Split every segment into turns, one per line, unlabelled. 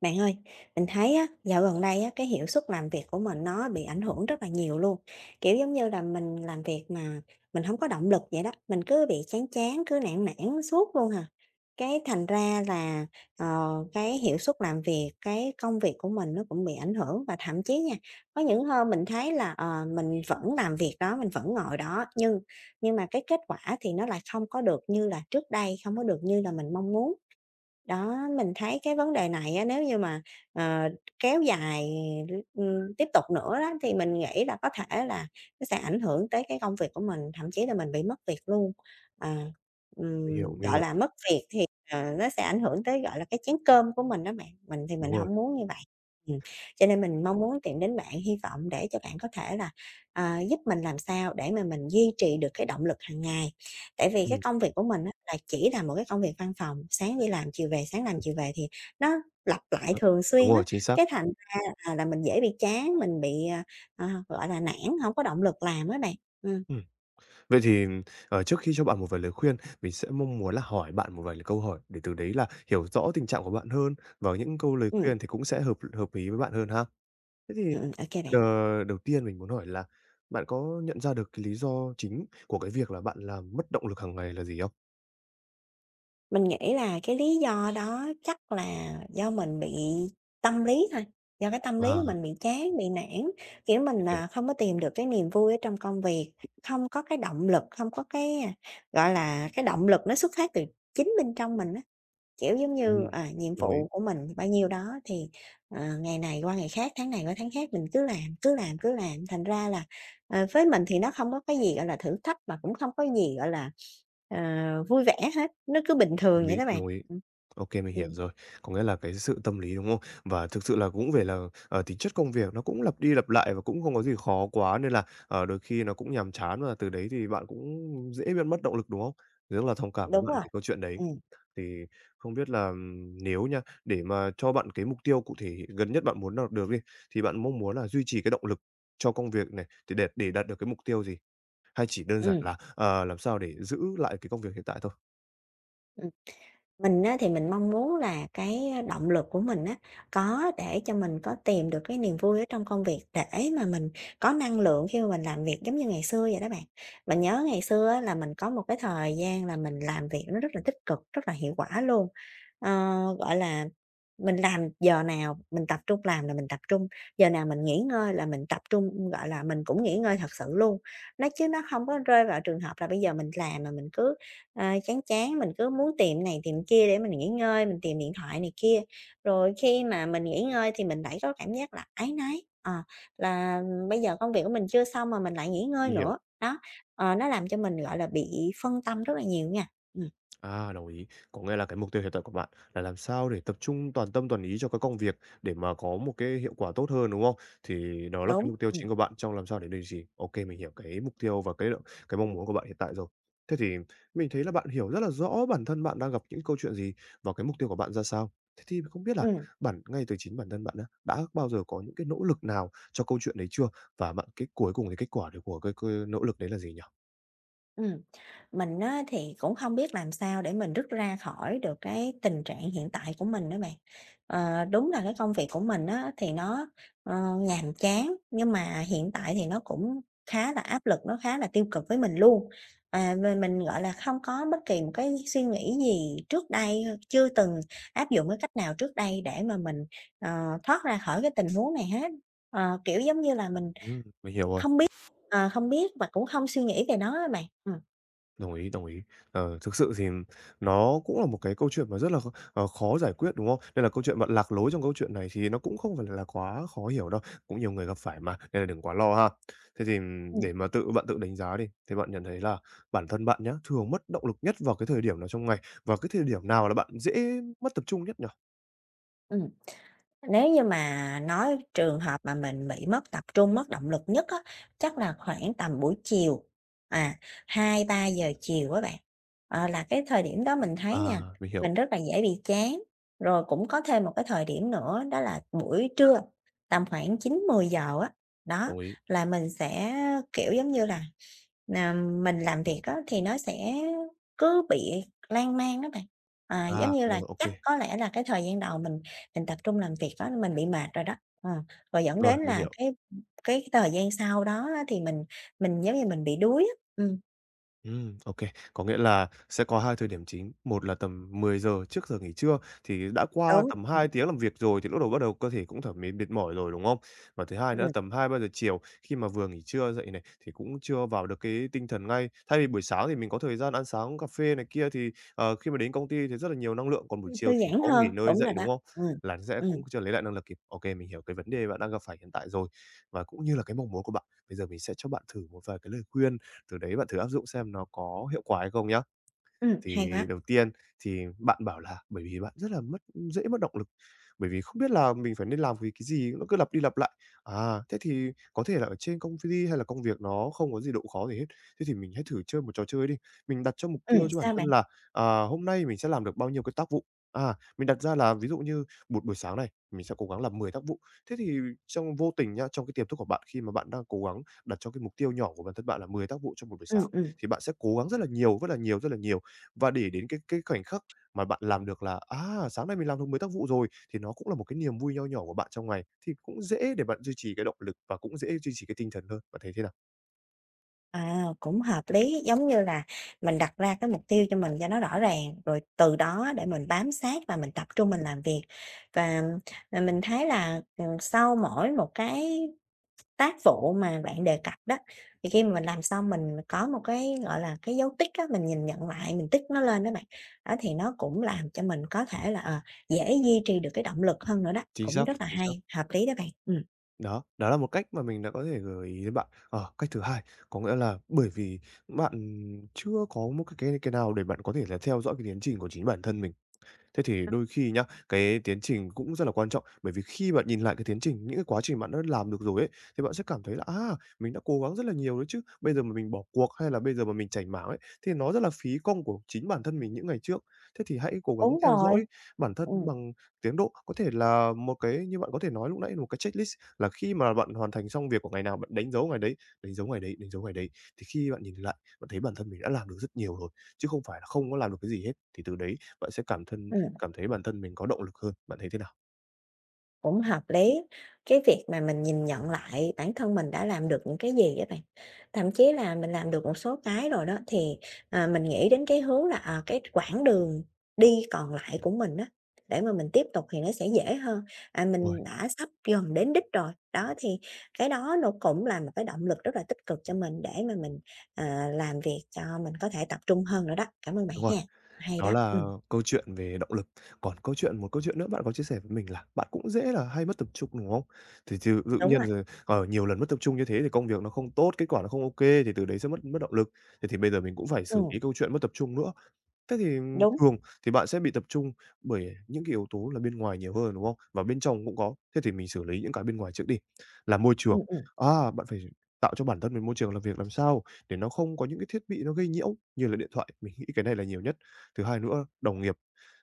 Bạn ơi, mình thấy á, dạo gần đây á, cái hiệu suất làm việc của mình nó bị ảnh hưởng rất là nhiều luôn. Kiểu giống như là mình làm việc mà mình không có động lực vậy đó, mình cứ bị chán chán, cứ nản nản suốt luôn à. Cái thành ra là, cái hiệu suất làm việc, cái công việc của mình nó cũng bị ảnh hưởng và thậm chí nha, có những hôm mình thấy là, mình vẫn làm việc đó, mình vẫn ngồi đó, nhưng mà cái kết quả thì nó lại không có được như là trước đây, không có được như là mình mong muốn. Đó, mình thấy cái vấn đề này á, nếu như mà, ờ, kéo dài, tiếp tục nữa đó, thì mình nghĩ là có thể là nó sẽ ảnh hưởng tới cái công việc của mình, thậm chí là mình bị mất việc luôn. À,
Mình hiểu, mình
gọi
hiểu.
là, mất việc thì, nó sẽ ảnh hưởng tới, gọi là, cái chén cơm của mình đó bạn, mình thì mình
Đúng rồi.
không muốn như vậy. Ừm, cho nên mình mong muốn tìm đến bạn, hy vọng để cho bạn có thể là, giúp mình làm sao để mà mình duy trì được cái động lực hàng ngày. Tại vì cái
Ừm,
công việc của mình á là chỉ là một cái công việc văn phòng, sáng đi làm chiều về, sáng làm chiều về thì nó lặp lại
ờ,
thường
đúng
xuyên á,
rồi, chính xác.
cái thành ra là mình dễ bị chán, mình bị, gọi là, nản, hổng có động lực làm á bạn. Ừm,
Ừm, vậy thì, trước khi cho bạn một vài lời khuyên, mình sẽ mong muốn là hỏi bạn một vài lời câu hỏi để từ đấy là hiểu rõ tình trạng của bạn hơn, và những câu lời
ừm,
khuyên thì cũng sẽ hợp hợp ý với bạn hơn ha. Thế thì,
ô kê bạn.
ờ, đầu tiên mình muốn hỏi là bạn có nhận ra được cái lý do chính của cái việc là bạn làm mất động lực hàng ngày là gì không?
Mình nghĩ là cái lý do đó chắc là do mình bị tâm lý thôi, do cái tâm lý
À,
của mình bị chán, bị nản, kiểu,
mình
mình,
hiểu.
không có tìm được cái niềm vui ở trong công việc, không có cái động lực, không có cái, gọi là, cái động lực nó xuất phát từ chính bên trong mình á. Kiểu, giống như,
Ừm,
nhiệm
đồng ý,
vụ của mình bao nhiêu đó thì, ngày này qua ngày khác, tháng này qua tháng khác mình cứ làm, cứ làm, cứ làm, thành ra là, với mình thì nó không có cái gì, gọi là, thử thách mà cũng không có gì, gọi là, ờ, vui vẻ hết, nó cứ bình thường
đồng
vậy
ý,
đó bạn.
đồng ý.
Ừm.
OK, mình hiểu
Ừm,
rồi. Có nghĩa là cái sự tâm lý, đúng không? Và thực sự là cũng về là, tính chất công việc nó cũng lặp đi lặp lại và cũng không có gì khó quá nên là, đôi khi nó cũng nhàm chán và từ đấy thì bạn cũng dễ bị mất động lực, đúng không? Rất là thông cảm với
đúng
bạn
rồi.
về câu chuyện đấy.
Ừ.
Thì không biết là, nếu nha, để mà cho bạn cái mục tiêu cụ thể gần nhất bạn muốn đạt được đi, thì bạn mong muốn là duy trì cái động lực cho công việc này, thì để đạt được cái mục tiêu gì? Hay chỉ đơn giản
Ừm.
là, làm sao để giữ lại cái công việc hiện tại thôi?
Mình á, thì mình mong muốn là cái động lực của mình á, có để cho mình có tìm được cái niềm vui ở trong công việc để mà mình có năng lượng khi mà mình làm việc giống như ngày xưa vậy đó bạn. Mình nhớ ngày xưa á, là mình có một cái thời gian là mình làm việc nó rất là tích cực, rất là hiệu quả luôn. Ờ, gọi là, mình làm giờ nào mình tập trung làm là mình tập trung, giờ nào mình nghỉ ngơi là mình tập trung, gọi là, mình cũng nghỉ ngơi thật sự luôn. Nó chứ nó không có rơi vào trường hợp là bây giờ mình làm mà mình cứ chán chán mình cứ muốn tìm này tìm kia để mình nghỉ ngơi, mình tìm điện thoại này kia. Rồi khi mà mình nghỉ ngơi thì mình lại có cảm giác là áy náy, là bây giờ công việc của mình chưa xong mà mình lại nghỉ ngơi
Mình hiểu.
nữa. Đó, nó làm cho mình, gọi là, bị phân tâm rất là nhiều nha. Ừm,
À, đồng ý. Có nghĩa là cái mục tiêu hiện tại của bạn là làm sao để tập trung toàn tâm toàn ý cho cái công việc để mà có một cái hiệu quả tốt hơn, đúng không? Thì đó là cái
đúng.
mục tiêu
Ừm.
chính của bạn trong làm sao để duy gì? OK, mình hiểu cái mục tiêu và cái mong muốn của bạn hiện tại rồi. Thế thì mình thấy là bạn hiểu rất là rõ bản thân bạn đang gặp những câu chuyện gì và cái mục tiêu của bạn ra sao. Thế thì không biết là
Ừm.
ngay từ chính bản thân bạn á, đã bao giờ có những cái nỗ lực nào cho câu chuyện đấy chưa? Và bạn cái cuối cùng thì kết quả được của cái nỗ lực đấy là gì nhỉ?
Ừm, mình á thì cũng không biết làm sao để mình rút ra khỏi được cái tình trạng hiện tại của mình đó bạn. Đúng là cái công việc của mình á thì nó, nhàm chán, nhưng mà hiện tại thì nó cũng khá là áp lực, nó khá là tiêu cực với mình luôn. Mình, gọi là, không có bất kỳ một cái suy nghĩ gì trước đây, chưa từng áp dụng cái cách nào trước đây để mà mình, ờ, thoát ra khỏi cái tình huống này hết. Kiểu, giống như là mình,
Ừ, mình hiểu rồi.
ờ, không biết và cũng không suy nghĩ về nó á bạn.
Đồng ý, đồng ý. Ờ, thực sự thì nó cũng là một cái câu chuyện mà rất là khó giải quyết, đúng không? Nên là câu chuyện bạn lạc lối trong câu chuyện này thì nó cũng không phải là quá khó hiểu đâu, cũng nhiều người gặp phải mà, nên là đừng quá lo ha. Thế thì
Ừm.
để mà tự bạn tự đánh giá đi, thì bạn nhận thấy là bản thân bạn nhá, thường mất động lực nhất vào cái thời điểm nào trong ngày? Và cái thời điểm nào là bạn dễ mất tập trung nhất nhỉ?
Ừm, nếu như mà nói trường hợp mà mình bị mất tập trung, mất động lực nhất á, chắc là khoảng tầm buổi chiều, à, 2-3 giờ chiều á bạn. Là cái thời điểm đó mình thấy
À,
nha,
mình hiểu,
mình rất là dễ bị chán. Rồi cũng có thêm một cái thời điểm nữa đó là buổi trưa, tầm khoảng 9-10 giờ á, đó,
đồng ý.
là mình sẽ, kiểu, giống như là, nà, mình làm việc á thì nó sẽ cứ bị lan man đó bạn. Giống
À,
như là,
rồi,
chắc có lẽ là cái thời gian đầu mình tập trung làm việc đó mình bị mệt rồi đó, ờ, rồi dẫn
rồi,
đến
mình
là
hiểu.
cái thời gian sau đó á thì mình giống như mình bị đuối á. Ừm,
Ô Có nghĩa là sẽ có hai thời điểm chính, một là tầm 10 giờ trước giờ nghỉ trưa thì đã qua
đúng.
tầm
Ừm.
2 tiếng làm việc rồi thì lúc đầu bắt đầu cơ thể cũng thẩm mệt mệt mỏi rồi, đúng không? Và thứ hai nữa là
Ừm,
tầm 2-3 giờ chiều khi mà vừa nghỉ trưa dậy này, thì cũng chưa vào được cái tinh thần ngay. Thay vì buổi sáng thì mình có thời gian ăn sáng, cà phê này kia thì, khi mà đến công ty thì rất là nhiều năng lượng, còn buổi
thư
chiều thì
giãn
có nghỉ
hơn,
ngơi
đúng rồi
dậy, đúng
đó.
không?
Ừm.
Là sẽ cũng
Ừm.
chưa lấy lại năng lực kịp. OK, mình hiểu cái vấn đề bạn đang gặp phải hiện tại rồi, và cũng như là cái mong muốn của bạn. Bây giờ mình sẽ cho bạn thử một vài cái lời khuyên từ đấy bạn thử áp dụng xem nó có hiệu quả hay không nhá.
Ừm, hay
Thì
quá.
đầu tiên thì bạn bảo là bởi vì bạn rất là mất dễ mất động lực bởi vì không biết là mình phải nên làm vì cái gì, nó cứ lặp đi lặp lại. À, thế thì có thể là ở trên công ty hay là công việc nó không có gì độ khó gì hết, thế thì mình hãy thử chơi một trò chơi đi. Mình đặt cho mục tiêu cho bản
Sao
thân
bạn?
là, à, hôm nay mình sẽ làm được bao nhiêu cái tác vụ. À, mình đặt ra là ví dụ như một buổi sáng này, mình sẽ cố gắng làm 10 tác vụ. Thế thì trong vô tình nhá trong cái tiềm thức của bạn khi mà bạn đang cố gắng đặt cho cái mục tiêu nhỏ của bản thân bạn là 10 tác vụ trong một buổi
Ừm,
sáng,
ừm,
thì bạn sẽ cố gắng rất là nhiều, rất là nhiều, rất là nhiều. Và để đến cái khoảnh khắc mà bạn làm được là, à, sáng nay mình làm được 10 tác vụ rồi, thì nó cũng là một cái niềm vui nho nhỏ của bạn trong ngày, thì cũng dễ để bạn duy trì cái động lực và cũng dễ duy trì cái tinh thần hơn. Bạn thấy thế nào?
cũng hợp lý, giống như là mình đặt ra cái mục tiêu cho mình cho nó rõ ràng, rồi từ đó để mình bám sát và mình tập trung mình làm việc. Và, mình thấy là, sau mỗi một cái tác vụ mà bạn đề cập đó, thì khi mà mình làm xong mình có một cái, gọi là, cái dấu tích á, mình nhìn nhận lại, mình tích nó lên đó bạn, đó thì nó cũng làm cho mình có thể là, dễ duy trì được cái động lực hơn nữa đó,
Chính
cũng
xác,
rất là
chính xác.
hay, hợp lý đó bạn. Ừm.
Đó, đó là một cách mà mình đã có thể gợi ý đến bạn. Ờ, cách thứ hai có nghĩa là bởi vì bạn chưa có một cái nào để bạn có thể là theo dõi cái tiến trình của chính bản thân mình. Thế thì đôi khi nhá, cái tiến trình cũng rất là quan trọng, bởi vì khi bạn nhìn lại cái tiến trình, những cái quá trình bạn đã làm được rồi ấy, thì bạn sẽ cảm thấy là, à, mình đã cố gắng rất là nhiều đấy chứ, bây giờ mà mình bỏ cuộc hay là bây giờ mà mình chểnh mảng ấy, thì nó rất là phí công của chính bản thân mình những ngày trước. Thế thì hãy cố gắng
Đúng
theo
rồi.
dõi bản thân
Ừm.
bằng tiến độ, có thể là một cái như bạn có thể nói lúc nãy, một cái checklist là khi mà bạn hoàn thành xong việc của ngày nào bạn đánh dấu ngày đấy, đánh dấu ngày đấy, đánh dấu ngày đấy. Thì khi bạn nhìn lại, bạn thấy bản thân mình đã làm được rất nhiều rồi, chứ không phải là không có làm được cái gì hết, thì từ đấy bạn sẽ
Ừm.
cảm thấy bản thân mình có động lực hơn, bạn thấy thế nào?
Cũng hợp lý, cái việc mà mình nhìn nhận lại bản thân mình đã làm được những cái gì các bạn. Thậm chí là mình làm được một số cái rồi đó, thì, mình nghĩ đến cái hướng là, cái quãng đường đi còn lại của mình đó để mà mình tiếp tục thì nó sẽ dễ hơn. À,
Đúng rồi,
mình đã sắp gần đến đích rồi, đó, thì cái đó nó cũng là một cái động lực rất là tích cực cho mình để mà mình, làm việc cho mình có thể tập trung hơn nữa đó. Cảm ơn bạn
đúng rồi.
ha, hay
Đó
đó.
là câu chuyện về động lực. Còn câu chuyện một câu chuyện nữa bạn có chia sẻ với mình là bạn cũng dễ là hay mất tập trung, đúng không? Thì tự
Đúng
nhiên
rồi,
rồi, nhiều lần mất tập trung như thế thì công việc nó không tốt, kết quả nó không ok thì từ đấy sẽ mất mất động lực. Thế thì bây giờ mình cũng phải xử
ừm,
lý câu chuyện mất tập trung nữa. Thế thì
đúng,
thường thì bạn sẽ bị tập trung bởi những cái yếu tố là bên ngoài nhiều hơn, đúng không? Và bên trong cũng có, thế thì mình xử lý những cái bên ngoài trước đi, là môi trường.
ừm, ừm,
À, bạn phải tạo cho bản thân mình môi trường làm việc làm sao để nó không có những cái thiết bị nó gây nhiễu như là điện thoại, mình nghĩ cái này là nhiều nhất. Thứ hai nữa, đồng nghiệp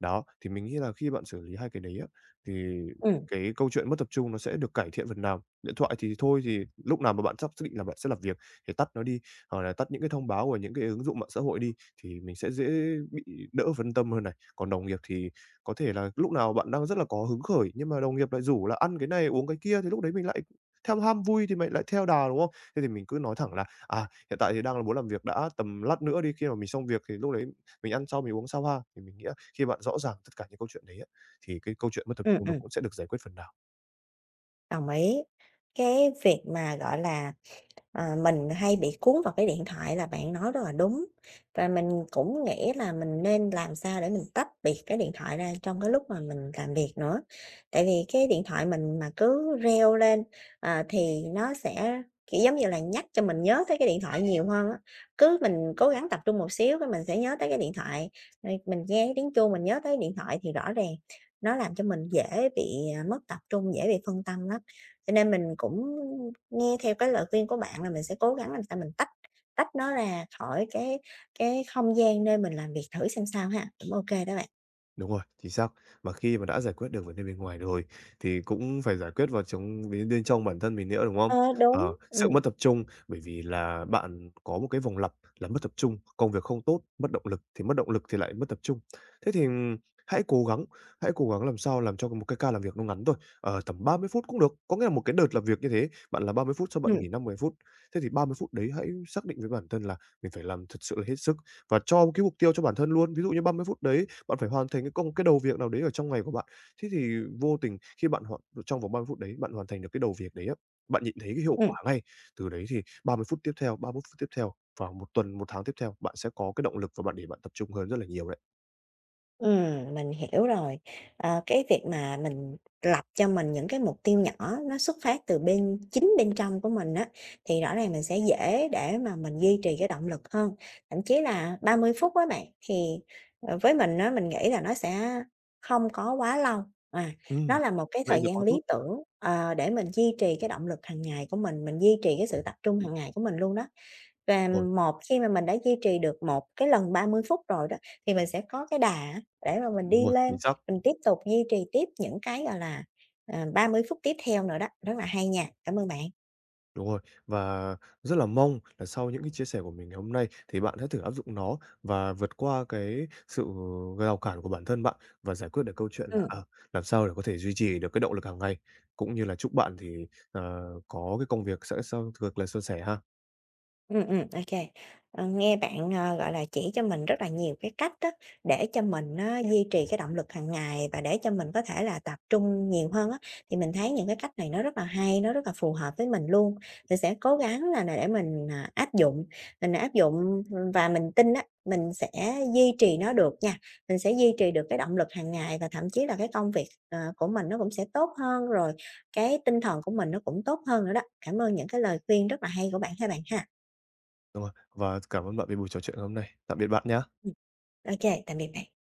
đó, thì mình nghĩ là khi bạn xử lý 2 cái đấy á, thì
ừm,
cái câu chuyện mất tập trung nó sẽ được cải thiện phần nào. Điện thoại thì thôi thì lúc nào mà bạn sắp xác định là bạn sẽ làm việc thì tắt nó đi, hoặc là tắt những cái thông báo của những cái ứng dụng mạng xã hội đi, thì mình sẽ dễ bị đỡ phân tâm hơn này. Còn đồng nghiệp thì có thể là lúc nào bạn đang rất là có hứng khởi, nhưng mà đồng nghiệp lại rủ là ăn cái này, uống cái kia, thì lúc đấy mình lại theo ham vui thì mình lại theo đà, đúng không? Thế thì mình cứ nói thẳng là "À, hiện tại thì đang là muốn làm việc đã, tầm lát nữa đi, khi mà mình xong việc thì lúc đấy mình ăn sau, mình uống sau ha." Thì mình nghĩ khi bạn rõ ràng tất cả những câu chuyện đấy á, thì cái câu chuyện mất tập
ừm,
trung nó
ừm.
cũng sẽ được giải quyết phần nào.
Đồng ý. Cái việc mà, gọi là, mình hay bị cuốn vào cái điện thoại là bạn nói rất là đúng, và mình cũng nghĩ là mình nên làm sao để mình tách biệt cái điện thoại ra trong cái lúc mà mình làm việc nữa. Tại vì cái điện thoại mình mà cứ reo lên, thì nó sẽ, kiểu, giống như là, nhắc cho mình nhớ tới cái điện thoại nhiều hơn á. Cứ mình cố gắng tập trung một xíu cái mình sẽ nhớ tới cái điện thoại, rồi mình nghe cái tiếng chuông mình nhớ tới điện thoại thì rõ ràng nó làm cho mình dễ bị, mất tập trung, dễ bị phân tâm lắm. Cho nên mình cũng nghe theo cái lời khuyên của bạn là mình sẽ cố gắng làm sao mình tách tách nó ra khỏi cái không gian nơi mình làm việc thử xem sao ha, cũng ok đó bạn.
Đúng rồi, chính xác. Mà khi mà đã giải quyết được vấn đề bên ngoài rồi thì cũng phải giải quyết vào trong bên bên trong bản thân mình nữa, đúng không?
Ờ, đúng.
Ờ, sự
Ừ,
mất tập trung bởi vì là bạn có một cái vòng lặp là mất tập trung, công việc không tốt, mất động lực, thì mất động lực thì lại mất tập trung. Thế thì, hãy cố gắng, hãy cố gắng làm sao làm cho một cái ca làm việc nó ngắn thôi, tầm 30 phút cũng được. Có nghĩa là một cái đợt làm việc như thế, bạn làm 30 phút sau
ừ,
bạn nghỉ 5-10 phút. Thế thì 30 phút đấy hãy xác định với bản thân là mình phải làm thật sự là hết sức và cho cái mục tiêu cho bản thân luôn. Ví dụ như 30 phút đấy bạn phải hoàn thành cái đầu việc nào đấy ở trong ngày của bạn. Thế thì vô tình khi bạn trong vòng 30 phút đấy, bạn hoàn thành được cái đầu việc đấy á, bạn nhìn thấy cái hiệu
ừ.
quả ngay. Từ đấy thì 30 phút tiếp theo, 31 phút tiếp theo và một tuần, một tháng tiếp theo, bạn sẽ có cái động lực và bạn để bạn tập trung hơn rất là nhiều đấy.
Mình hiểu rồi. Cái việc mà mình lập cho mình những cái mục tiêu nhỏ nó xuất phát từ bên chính bên trong của mình á, thì rõ ràng mình sẽ dễ để mà mình duy trì cái động lực hơn. Thậm chí là 30 phút á bạn, thì, với mình á, mình nghĩ là nó sẽ không có quá lâu, à, nó
Ừm,
là một cái
vậy
thời
thì
gian
quá tốt.
lý tưởng, để mình duy trì cái động lực hàng ngày của mình duy trì cái sự tập trung hàng ngày của mình luôn đó. Và
Đúng rồi,
một khi mà mình đã duy trì được một cái lần 30 phút rồi đó, thì mình sẽ có cái đà á, để mà mình
đúng
đi
rồi,
lên,
chính xác.
mình tiếp tục duy trì tiếp những cái, gọi là, 30 phút tiếp theo nữa đó, rất là hay nha. Cảm ơn bạn.
Đúng rồi, và rất là mong là sau những cái chia sẻ của mình ngày hôm nay thì bạn hãy thử áp dụng nó và vượt qua cái rào cản của bản thân bạn và giải quyết được câu chuyện là, à,
Ừm.
làm sao để có thể duy trì được cái động lực hàng ngày. Cũng như là chúc bạn thì, ờ, có cái công việc sẽ sau thật là suôn sẻ ha.
Ừ. Ừ. OK. Nghe bạn, gọi là, chỉ cho mình rất là nhiều cái cách á, để cho mình nó duy trì cái động lực hàng ngày và để cho mình có thể là tập trung nhiều hơn á, thì mình thấy những cái cách này nó rất là hay, nó rất là phù hợp với mình luôn. Mình sẽ cố gắng là để mình, mình áp dụng và mình tin á, mình sẽ duy trì nó được nha. Mình sẽ duy trì được cái động lực hàng ngày và thậm chí là cái công việc, của mình nó cũng sẽ tốt hơn, rồi cái tinh thần của mình nó cũng tốt hơn nữa đó. Cảm ơn những cái lời khuyên rất là hay của bạn các bạn ha.
Đúng rồi, và cảm ơn bạn vì buổi trò chuyện ngày hôm nay. Tạm biệt bạn nhé.
OK, tạm biệt bạn.